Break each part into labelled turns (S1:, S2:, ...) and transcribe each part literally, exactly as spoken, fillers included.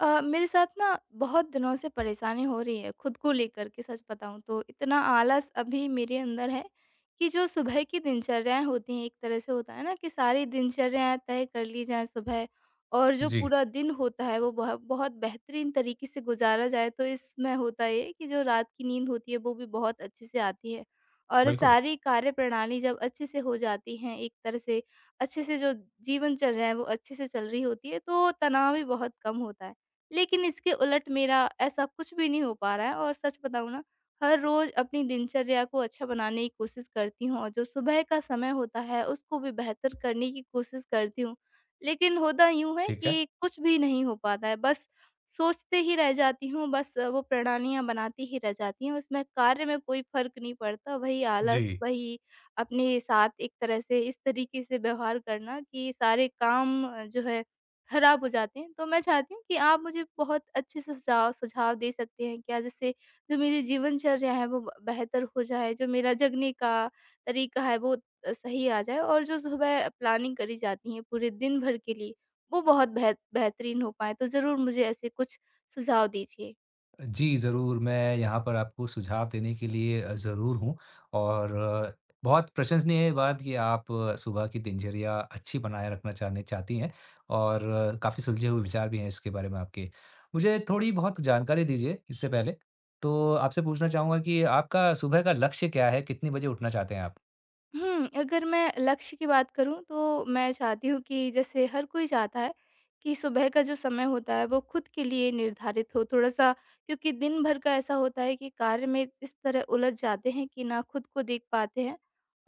S1: अ, मेरे साथ ना बहुत दिनों से परेशानी हो रही है खुद को लेकर के। सच बताऊँ तो इतना आलस अभी मेरे अंदर है कि जो सुबह की दिनचर्याएँ होती हैं, एक तरह से होता है ना, कि सारी दिनचर्याएँ तय कर ली जाएँ सुबह, और जो
S2: जी,
S1: पूरा दिन होता है वो बहुत बहुत बेहतरीन तरीके से गुजारा जाए। तो इसमें होता ये है कि जो रात की नींद होती है वो भी बहुत अच्छे से आती है, और
S2: बिल्कुल,
S1: सारी कार्य प्रणाली जब अच्छे से हो जाती हैं एक तरह से, अच्छे से जो जीवन चल रहा है वो अच्छे से चल रही होती है, तो तनाव भी बहुत कम होता है। लेकिन इसके उलट मेरा ऐसा कुछ भी नहीं हो पा रहा है, और सच बताऊँ ना, हर रोज़ अपनी दिनचर्या को अच्छा बनाने की कोशिश करती हूँ और जो सुबह का समय होता है, उसको भी बेहतर करने की कोशिश करती हूँ। लेकिन होता यूँ है
S2: ठीक है।
S1: कि कुछ भी नहीं हो पाता है। बस सोचते ही रह जाती हूँ, बस वो प्रणालियाँ बनाती ही रह जाती हूँ, उसमें कार्य में कोई फ़र्क नहीं पड़ता। वही आलस,
S2: जी,
S1: वही अपने साथ एक तरह से इस तरीके से व्यवहार करना कि सारे काम जो है खराब हो जाते हैं। तो मैं चाहती हूँ कि आप मुझे बहुत अच्छे से सुझाव सुझाव दे सकते हैं क्या, जिससे जो मेरी जीवनचर्या है वो ब बेहतर हो जाए, जो मेरा जगने का तरीका है वो अ, सही आ जाए, और जो सुबह प्लानिंग करी जाती है पूरे दिन भर के लिए, वो बहुत बेह बेहतरीन हो पाए। तो ज़रूर मुझे ऐसे कुछ सुझाव दीजिए।
S2: जी, ज़रूर मैं यहाँ पर आपको सुझाव देने के लिए अ, ज़रूर हूँ, और अ, बहुत प्रशंसनीय बात कि आप अ, सुबह की दिनचर्या अच्छी बनाए रखना चाहने चाहती हैं, और काफ़ी सुलझे हुए विचार भी हैं इसके बारे में आपके। मुझे थोड़ी बहुत जानकारी दीजिए इससे पहले, तो आपसे पूछना चाहूँगा कि आपका सुबह का लक्ष्य क्या है? कितने बजे उठना चाहते हैं आप?
S1: हुँ, अगर मैं लक्ष्य की बात करूँ तो मैं चाहती हूँ कि, जैसे हर कोई चाहता है कि सुबह का जो समय होता है वो खुद के लिए निर्धारित हो थोड़ा-सा, क्योंकि दिन भर का ऐसा होता है कि कार्य में इस तरह उलझ जाते हैं कि ना खुद को देख पाते हैं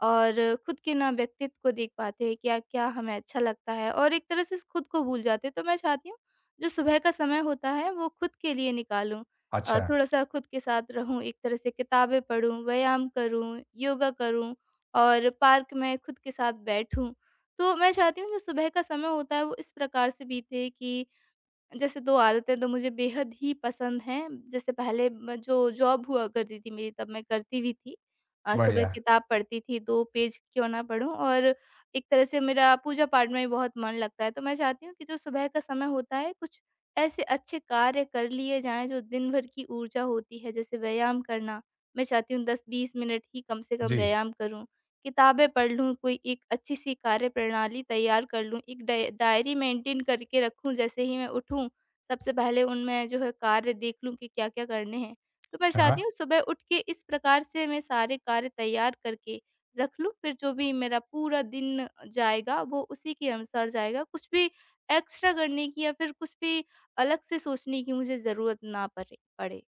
S1: और खुद के ना व्यक्तित्व को देख पाते हैं, क्या-क्या हमें अच्छा लगता है, और एक तरह से खुद को भूल जाते हैं। तो मैं चाहती हूँ जो सुबह का समय होता है वो खुद के लिए निकालूँ, अ,
S2: अच्छा।
S1: थोड़ा-सा खुद के साथ रहूँ, एक तरह से किताबें पढूँ, व्यायाम करूँ, योगा करूँ, और पार्क में खुद के साथ बैठूँ। तो मैं चाहती हूँ जो सुबह का समय होता है वो इस प्रकार से बीते कि, जैसे दो आदतें तो मुझे बेहद ही पसंद हैं। जैसे पहले म जो जॉब हुआ करती थी मेरी, तब मैं करती भी थी। अ, सुबह
S2: बढ़िया।
S1: किताब पढ़ती थी, दो पेज क्यों ना पढूँ, और एक तरह से मेरा पूजा-पाठ में भी बहुत मन लगता है। तो मैं चाहती हूँ कि जो सुबह का समय होता है कुछ ऐसे अच्छे कार्य कर लिए जाएँ, जो दिन भर की ऊर्जा होती है, जैसे व्यायाम करना। मैं चाहती हूँ दस बीस मिनट ही कम से कम
S2: जी।
S1: व्यायाम करूँ, किताबें पढ़ लूँ, कोई एक अच्छी-सी कार्यप्रणाली तैयार कर लूँ, एक डाय डायरी मेंटेन करके रखूँ, जैसे ही मैं उठूँ, सबसे पहले उनमें जो है कार्य देख लूँ कि क्या-क्या करने हैं। तो मैं
S2: हाँ,
S1: चाहती
S2: हाँ।
S1: हूँ सुबह उठ के इस प्रकार से मैं सारे कार्य तैयार करके रख लूँ, फिर जो भी मेरा पूरा दिन जाएगा वो उसी के अनुसार जाएगा, कुछ भी एक्स्ट्रा करने की या फिर कुछ भी अलग से सोचने की मुझे ज़रूरत ना पड़े पड़े।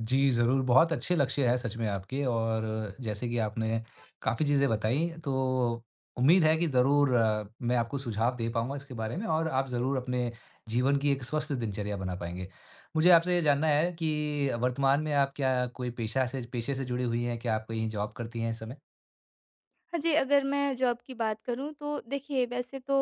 S2: जी, ज़रूर, बहुत अच्छे लक्ष्य हैं सच में आपके, और जैसे कि आपने काफ़ी चीज़ें बताई, तो उम्मीद है कि ज़रूर अ, मैं आपको सुझाव दे पाऊँगा इसके बारे में, और आप ज़रूर अपने जीवन की एक स्वस्थ दिनचर्या बना पाएँगे। मुझे आपसे ये जानना है कि वर्तमान में आप क्या कोई पेशा से पेशे से जुड़ी हुई हैं? क्या आप कहीं जॉब करती हैं इस समय?
S1: हाँ जी, अगर मैं जॉब की बात करूँ तो देखिए, वैसे तो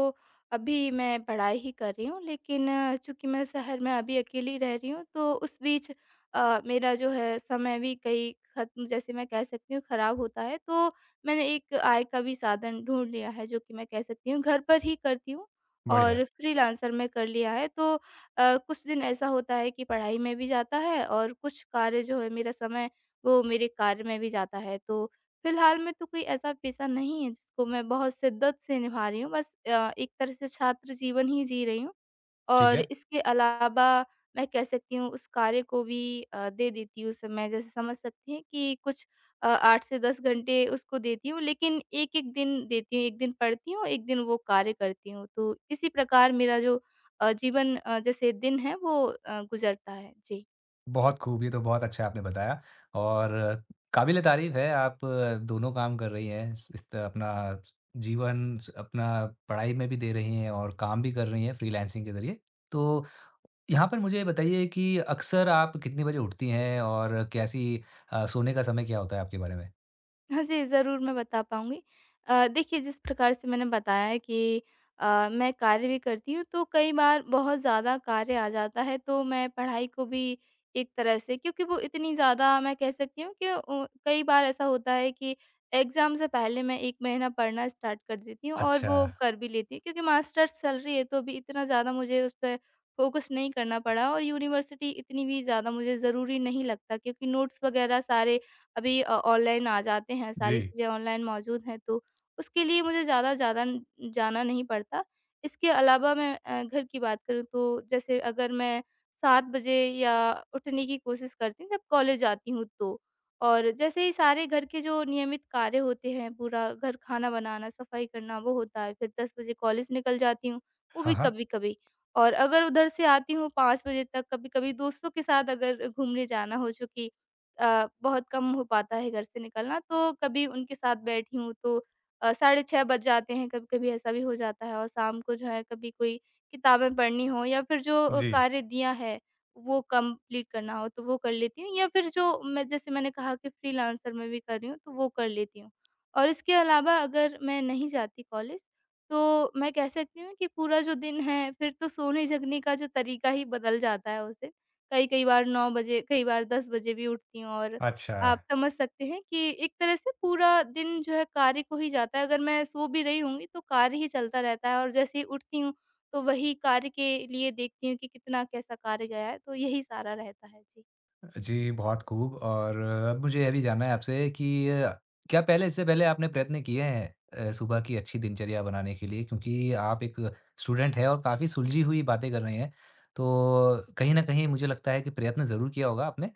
S1: अभी मैं पढ़ाई ही कर रही हूँ, लेकिन चूँकि मैं शहर में अभी अकेली रह रही हूँ, तो उस बीच अ, मेरा जो है समय भी कई ख़त्म, जैसे मैं कह सकती हूँ, ख़राब होता है। तो मैंने एक आय का भी साधन ढूँढ लिया है, जो कि मैं कह सकती हूँ घर पर ही करती हूँ और
S2: बढ़िया।
S1: फ्रीलांसर में कर लिया है। तो अ, कुछ दिन ऐसा होता है कि पढ़ाई में भी जाता है, और कुछ कार्य जो है, मेरा समय वो मेरे कार्य में भी जाता है। तो फिलहाल में तो कोई ऐसा पेशा नहीं है जिसको मैं बहुत शिद्दत से निभा रही हूँ। बस अ, एक तरह से छात्र जीवन ही जी रही हूँ,
S2: ठीक
S1: और
S2: है।
S1: इसके अलावा मैं कह सकती हूँ उस कार्य को भी अ, दे देती हूँ समय। जैसे समझ सकती हैं कि कुछ अ, आठ से दस घंटे उसको देती हूँ, लेकिन एक एक दिन देती हूँ। एक दिन पढ़ती हूँ, एक दिन वो कार्य करती हूँ। तो इसी प्रकार मेरा जो अ, जीवन अ, जैसे दिन है वो अ, गुज़रता है। जी।
S2: बहुत खूब, ये तो बहुत अच्छा आपने बताया, और काबिल-ए-तारीफ़ है, आप अ, दोनों काम कर रही हैं। स इस त अपना जीवन स अपना पढ़ाई में भी दे रही हैं और काम भी कर रही हैं फ्रीलांसिंग के ज़रिए। तो यहाँ पर मुझे ये बताइए कि अक्सर आप कितने बजे उठती हैं और कैसी अ, सोने का समय क्या होता है आपके बारे में?
S1: हाँ जी, ज़रूर मैं बता पाऊँगी। अ, देखिए, जिस प्रकार से मैंने बताया कि अ, मैं कार्य भी करती हूँ, तो कई बार बहुत ज़्यादा कार्य आ जाता है, तो मैं पढ़ाई को भी एक तरह से, क्योंकि वो इतनी ज़्यादा, मैं कह सकती हूँ कि अ, कई बार ऐसा होता है कि एग्ज़ाम से पहले मैं एक महीना पढ़ना स्टार्ट कर देती हूँ, और
S2: अच्छा।
S1: वो कर भी लेती हूँ, क्योंकि मास्टर्स चल रही है तो अभी इतना ज़्यादा मुझे उस पे फ़ोकस नहीं करना पड़ा, और यूनिवर्सिटी इतनी भी ज़्यादा मुझे ज़रूरी नहीं लगता, क्योंकि नोट्स वग़ैरह सारे अभी अ, ऑनलाइन आ जाते हैं,
S2: जी।
S1: सारी चीज़ें ऑनलाइन मौजूद हैं, तो उसके लिए मुझे ज़्यादा ज़्यादा न जाना नहीं पड़ता। इसके अलावा मैं अ, घर की बात करूँ तो, जैसे अगर मैं सात बजे या उठने की कोशिश करती हूँ जब कॉलेज जाती हूँ तो। और जैसे ही सारे घर के जो नियमित कार्य होते हैं, पूरा घर, खाना बनाना, सफाई करना, वो होता है, फिर दस बजे कॉलेज निकल जाती हूँ, वो भी
S2: हाँ, हाँ।
S1: कभी-कभी। और अगर उधर से आती हूँ पाँच बजे तक, कभी-कभी दोस्तों के साथ अगर घूमने जाना हो, चूँकि अ, बहुत कम हो पाता है घर से निकलना, तो कभी उनके साथ बैठी हूँ तो अ, साढ़े छह बज जाते हैं, कभी-कभी ऐसा भी हो जाता है। और शाम को जो है कभी कोई किताबें पढ़नी हो, या फिर जो अ,
S2: जी।
S1: कार्य दिया है, वो कंप्लीट करना हो, तो वो कर लेती हूँ, या फिर जो मैं, जैसे मैंने कहा कि फ्रीलांसर में भी कर रही हूँ, तो वो कर लेती हूँ। और इसके अलावा अगर मैं नहीं जाती कॉलेज, तो मैं कह सकती हूँ कि पूरा जो दिन है, फिर तो सोने-जगने का जो तरीका ही बदल जाता है उस दिन। कई कई बार नौ बजे, कई बार दस बजे भी उठती हूँ, और
S2: अच्छा।
S1: आप समझ सकते हैं कि एक तरह से पूरा दिन जो है कार्य को ही जाता है। अगर मैं सो भी रही होंगी तो कार्य ही चलता रहता है, और जैसे ही उठती हूँ, तो वही कार्य के लिए देखती हूँ कि कितना कैसा कार्य गया है, तो यही सारा रहता है। जी।
S2: जी, बहुत खूब। और अब मुझे यह भी जानना है आपसे कि अ, क्या पहले इससे पहले आपने प्रयत्न किए हैं अ, सुबह की अच्छी दिनचर्या बनाने के लिए? क्योंकि आप एक स्टूडेंट हैं और काफ़ी सुलझी हुई बातें कर रहे हैं। तो कहीं न कहीं मुझे लगता है कि प्रयत्न ज़रूर किया होगा आपने,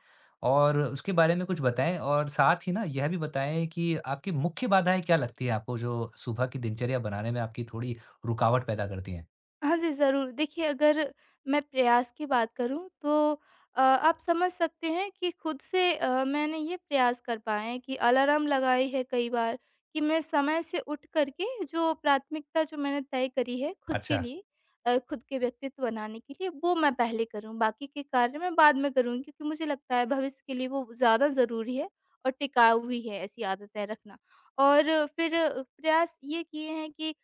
S2: और उसके बारे में कुछ बताएँ, और साथ ही ना यह भी बताएँ कि आपकी मुख्य बाधाएँ क्या लगती हैं आपको जो सुबह की दिनचर्या बनाने में आपकी थोड़ी रुकावट पैदा करती हैं?
S1: हाँ जी, ज़रूर। देखिए, अगर मैं प्रयास की बात करूँ तो अ, आप समझ सकते हैं कि खुद से अ, मैंने ये प्रयास कर पाए हैं कि अलार्म लगाई है कई बार, कि मैं समय से उठ कर के जो प्राथमिकता जो मैंने तय करी है खुद के
S2: अच्छा।
S1: लिए, अ, खुद के व्यक्तित्व बनाने के लिए, वो मैं पहले करूँ। बाकी के कार्य मैं बाद में करूँगी, क्योंकि मुझे लगता है भविष्य के लिए वो ज़्यादा ज़रूरी है और टिकाऊ भी है ऐसी आदतें रखना। और फिर प्रयास ये किए हैं कि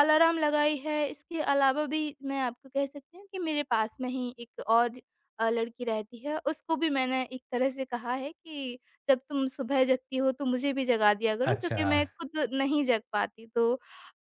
S1: अलार्म लगाई है, इसके अलावा भी मैं आपको कह सकती हूँ कि मेरे पास में ही एक और अ, लड़की रहती है, उसको भी मैंने एक तरह से कहा है कि जब तुम सुबह जगती हो तो मुझे भी जगा दिया करो,
S2: अच्छा,
S1: क्योंकि मैं खुद नहीं जग पाती। तो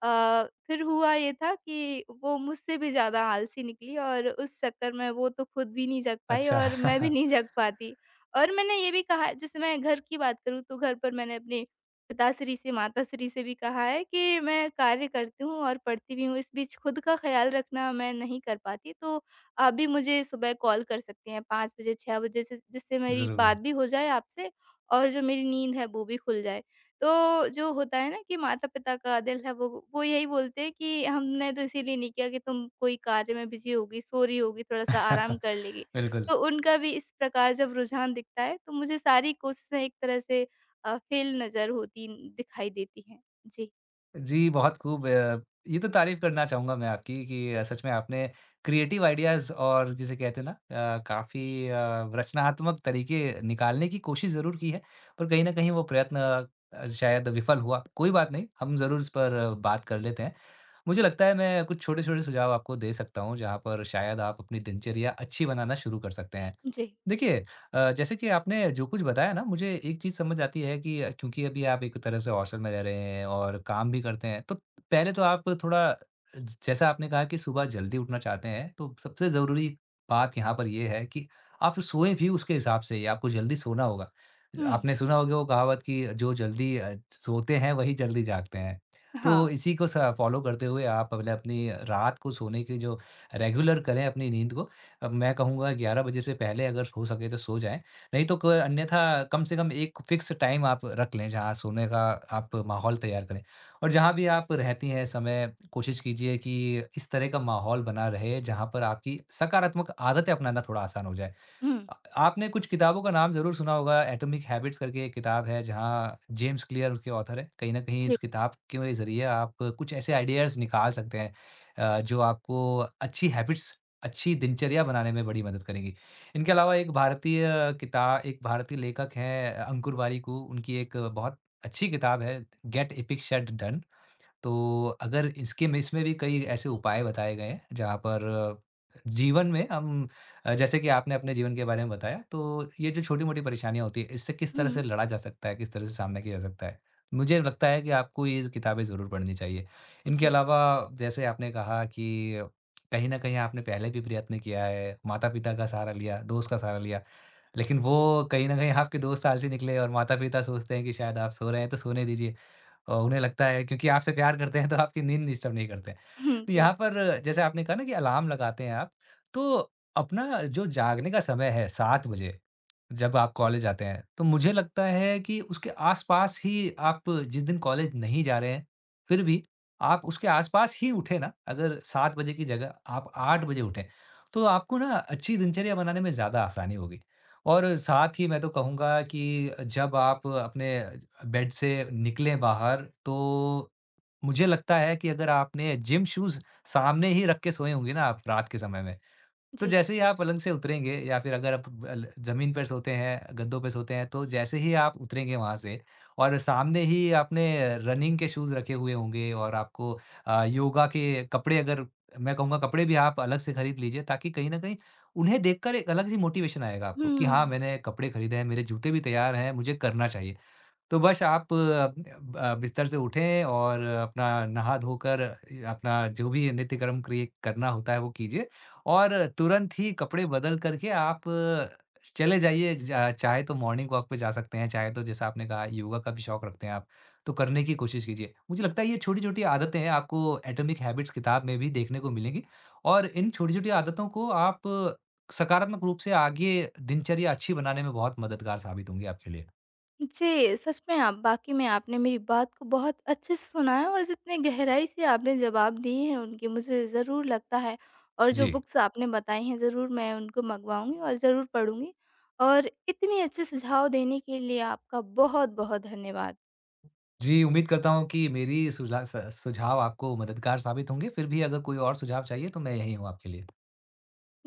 S1: अ, फिर हुआ ये था कि वो मुझसे भी ज़्यादा आलसी निकली, और उस चक्कर में वो तो खुद भी नहीं जग पाई
S2: अच्छा।
S1: और मैं भी नहीं जग पाती। और मैंने ये भी कहा, जैसे मैं घर की बात करूँ तो घर पर मैंने अपने पिताश्री से, माताश्री से भी कहा है कि मैं कार्य करती हूँ और पढ़ती भी हूँ, इस बीच खुद का ख़्याल रखना मैं नहीं कर पाती, तो आप भी मुझे सुबह कॉल कर सकते हैं पाँच बजे, छह बजे से, जिससे मेरी
S2: ज़रूर।
S1: बात भी हो जाए आपसे और जो मेरी नींद है वो भी खुल जाए। तो जो होता है ना कि माता-पिता का दिल है, वो वो यही बोलते हैं कि हमने तो इसीलिए नहीं किया कि तुम कोई कार्य में बिज़ी होगी, सो रही होगी, थोड़ा-सा आराम कर लेगी।
S2: बिल्कुल।
S1: तो उनका भी इस प्रकार जब रुझान दिखता है, तो मुझे सारी कोशिशें एक तरह से अ, फेल नज़र होती दिखाई देती हैं। जी,
S2: जी, बहुत खूब। अ, ये तो तारीफ़ करना चाहूँगा मैं आपकी कि अ, सच में आपने क्रिएटिव आइडियाज़ और जिसे कहते हैं ना, अ, काफ़ी अ, रचनात्मक तरीके निकालने की कोशिश ज़रूर की है, पर कहीं न कहीं वो प्रयत्न अ, शायद विफल हुआ। कोई बात नहीं, हम ज़रूर इस पर अ, बात कर लेते हैं। मुझे लगता है मैं कुछ छोटे-छोटे सुझाव आपको दे सकता हूँ, जहाँ पर शायद आप अपनी दिनचर्या अच्छी बनाना शुरू कर सकते हैं।
S1: जी।
S2: देखिए, अ, जैसे कि आपने जो कुछ बताया ना, मुझे एक चीज़ समझ आती है कि अ, क्योंकि अभी आप एक तरह से हॉस्टल में रह रहे हैं और काम भी करते हैं, तो पहले तो आप थोड़ा, ज जैसा आपने कहा कि सुबह जल्दी उठना चाहते हैं, तो सबसे ज़रूरी बात यहाँ पर ये है कि आप सोएँ भी उसके हिसाब से ही, आपको जल्दी सोना होगा।
S1: हुँ,
S2: आपने सुना होगा वो कहावत कि जो जल्दी अ, सोते हैं वही जल्दी जागते हैं। तो
S1: हाँ,
S2: इसी को स फॉलो करते हुए आप अपने अपनी रात को सोने की जो रेगुलर करें अपनी नींद को। अब मैं कहूँगा ग्यारह बजे से पहले अगर हो सके तो सो जाएँ, नहीं तो क अन्यथा कम से कम एक फ़िक्स टाइम आप रख लें, जहाँ सोने का आप माहौल तैयार करें। और जहाँ भी आप रहती हैं समय, कोशिश कीजिए कि इस तरह का माहौल बना रहे, जहाँ पर आपकी सकारात्मक आदतें अपनाना थोड़ा आसान हो जाए।
S1: हुँ,
S2: अ, आपने कुछ किताबों का नाम ज़रूर सुना होगा। एटॉमिक हैबिट्स करके एक किताब है, जहाँ जेम्स क्लियर उसके ऑथर हैं। कहीं न कहीं
S1: जी,
S2: इस किताब के ज़रिए आप कुछ ऐसे आइडियाज़ निकाल सकते हैं अ, जो आपको अच्छी हैबिट्स, अच्छी दिनचर्या बनाने में बड़ी मदद करेंगी। इनके अलावा एक भारतीय किता एक भारतीय लेखक हैं, अ, अंकुर वारिकू, उनकी एक बहुत अच्छी किताब है, गेट एपिक शिट डोन। तो अगर इसके में इसमें भी कई ऐसे उपाय बताए गए हैं जहाँ पर जीवन में हम, अ, जैसे कि आपने अपने जीवन के बारे में बताया, तो ये जो छोटी-मोटी परेशानियाँ होती है, इससे किस तरह
S1: हुँ,
S2: से लड़ा जा सकता है, किस तरह से सामना किया जा सकता है। मुझे लगता है कि आपको ये किताबें ज़रूर पढ़नी चाहिए। इनके
S1: जी,
S2: अलावा, जैसे आपने कहा कि कहीं न कहीं आपने पहले भी प्रयत्न किया है, माता-पिता का सहारा लिया, दोस्त का सहारा लिया। लेकिन वो कहीं न कहीं आपके दोस्त आलसी निकले और माता-पिता सोचते हैं कि शायद आप सो रहे हैं तो सोने दीजिए। अ, उन्हें लगता है क्योंकि आपसे प्यार करते हैं तो आपकी नींद डिस्टर्ब नहीं करते हैं।
S1: हुँ,
S2: तो
S1: जी,
S2: यहाँ पर जैसे आपने कहा ना कि अलार्म लगाते हैं आप, तो अपना जो जागने का समय है सात बजे जब आप कॉलेज आते हैं, तो मुझे लगता है कि उसके आस-पास ही, आप जिस दिन कॉलेज नहीं जा रहे हैं, फिर भी आप उसके आस-पास ही उठे ना, अगर सात बजे की जगह आप आठ बजे उठें, तो आपको ना अच्छी दिनचर्या बनाने में ज़्यादा आसानी होगी। और साथ ही मैं तो कहूँगा कि जब आप अपने बेड से निकलें बाहर, तो मुझे लगता है कि अगर आपने जिम शूज़ सामने ही रख के सोए होंगे ना आप रात के समय में, तो
S1: जी,
S2: जैसे ही आप पलंग से उतरेंगे, या फिर अगर आप अल ज़मीन पर सोते हैं, गद्दों पे सोते हैं, तो जैसे ही आप उतरेंगे वहाँ से, और सामने ही आपने रनिंग के शूज़ रखे हुए होंगे, और आपको अ, योगा के कपड़े, अगर मैं कहूँगा कपड़े भी आप अलग से खरीद लीजिए, ताकि कहीं न कहीं उन्हें देखकर एक अलग-सी मोटिवेशन आएगा
S1: हुँ।
S2: आपको कि हाँ, मैंने कपड़े खरीदे हैं, मेरे जूते भी तैयार हैं, मुझे करना चाहिए। तो बस आप अ, अ, बिस्तर से उठें और अपना नहा-धो कर अपना जो भी नित्य कर्म क्रिय करना होता है वो कीजिए, और तुरंत ही कपड़े बदल करके आप चले जाइए, ज चाहे तो मॉर्निंग वॉक पे जा सकते हैं, चाहे तो जैसा आपने कहा योगा का भी शौक रखते हैं आप, तो करने की कोशिश कीजिए। मुझे लगता है ये छोटी-छोटी आदतें हैं, आपको एटॉमिक हैबिट्स किताब में भी देखने को मिलेंगी, और इन छोटी-छोटी आदतों को आप सकारात्मक रूप से आगे दिनचर्या अच्छी बनाने में बहुत मददगार साबित होंगी आपके लिए।
S1: जी, सच में आप, वाक़ई में आपने मेरी बात को बहुत अच्छे से सुना है, और जितने गहराई से आपने जवाब दिए हैं उनके, मुझे ज़रूर लगता है, और जो
S2: जी।
S1: बुक्स आपने बताई हैं ज़रूर मैं उनको मँगवाऊँगी और ज़रूर पढ़ूँगी, और इतने अच्छे सुझाव देने के लिए आपका बहुत-बहुत धन्यवाद।
S2: जी, उम्मीद करता हूँ कि मेरी सुझा स सुझाव आपको मददगार साबित होंगे, फिर भी अगर कोई और सुझाव चाहिए तो मैं यहीं हूँ आपके लिए।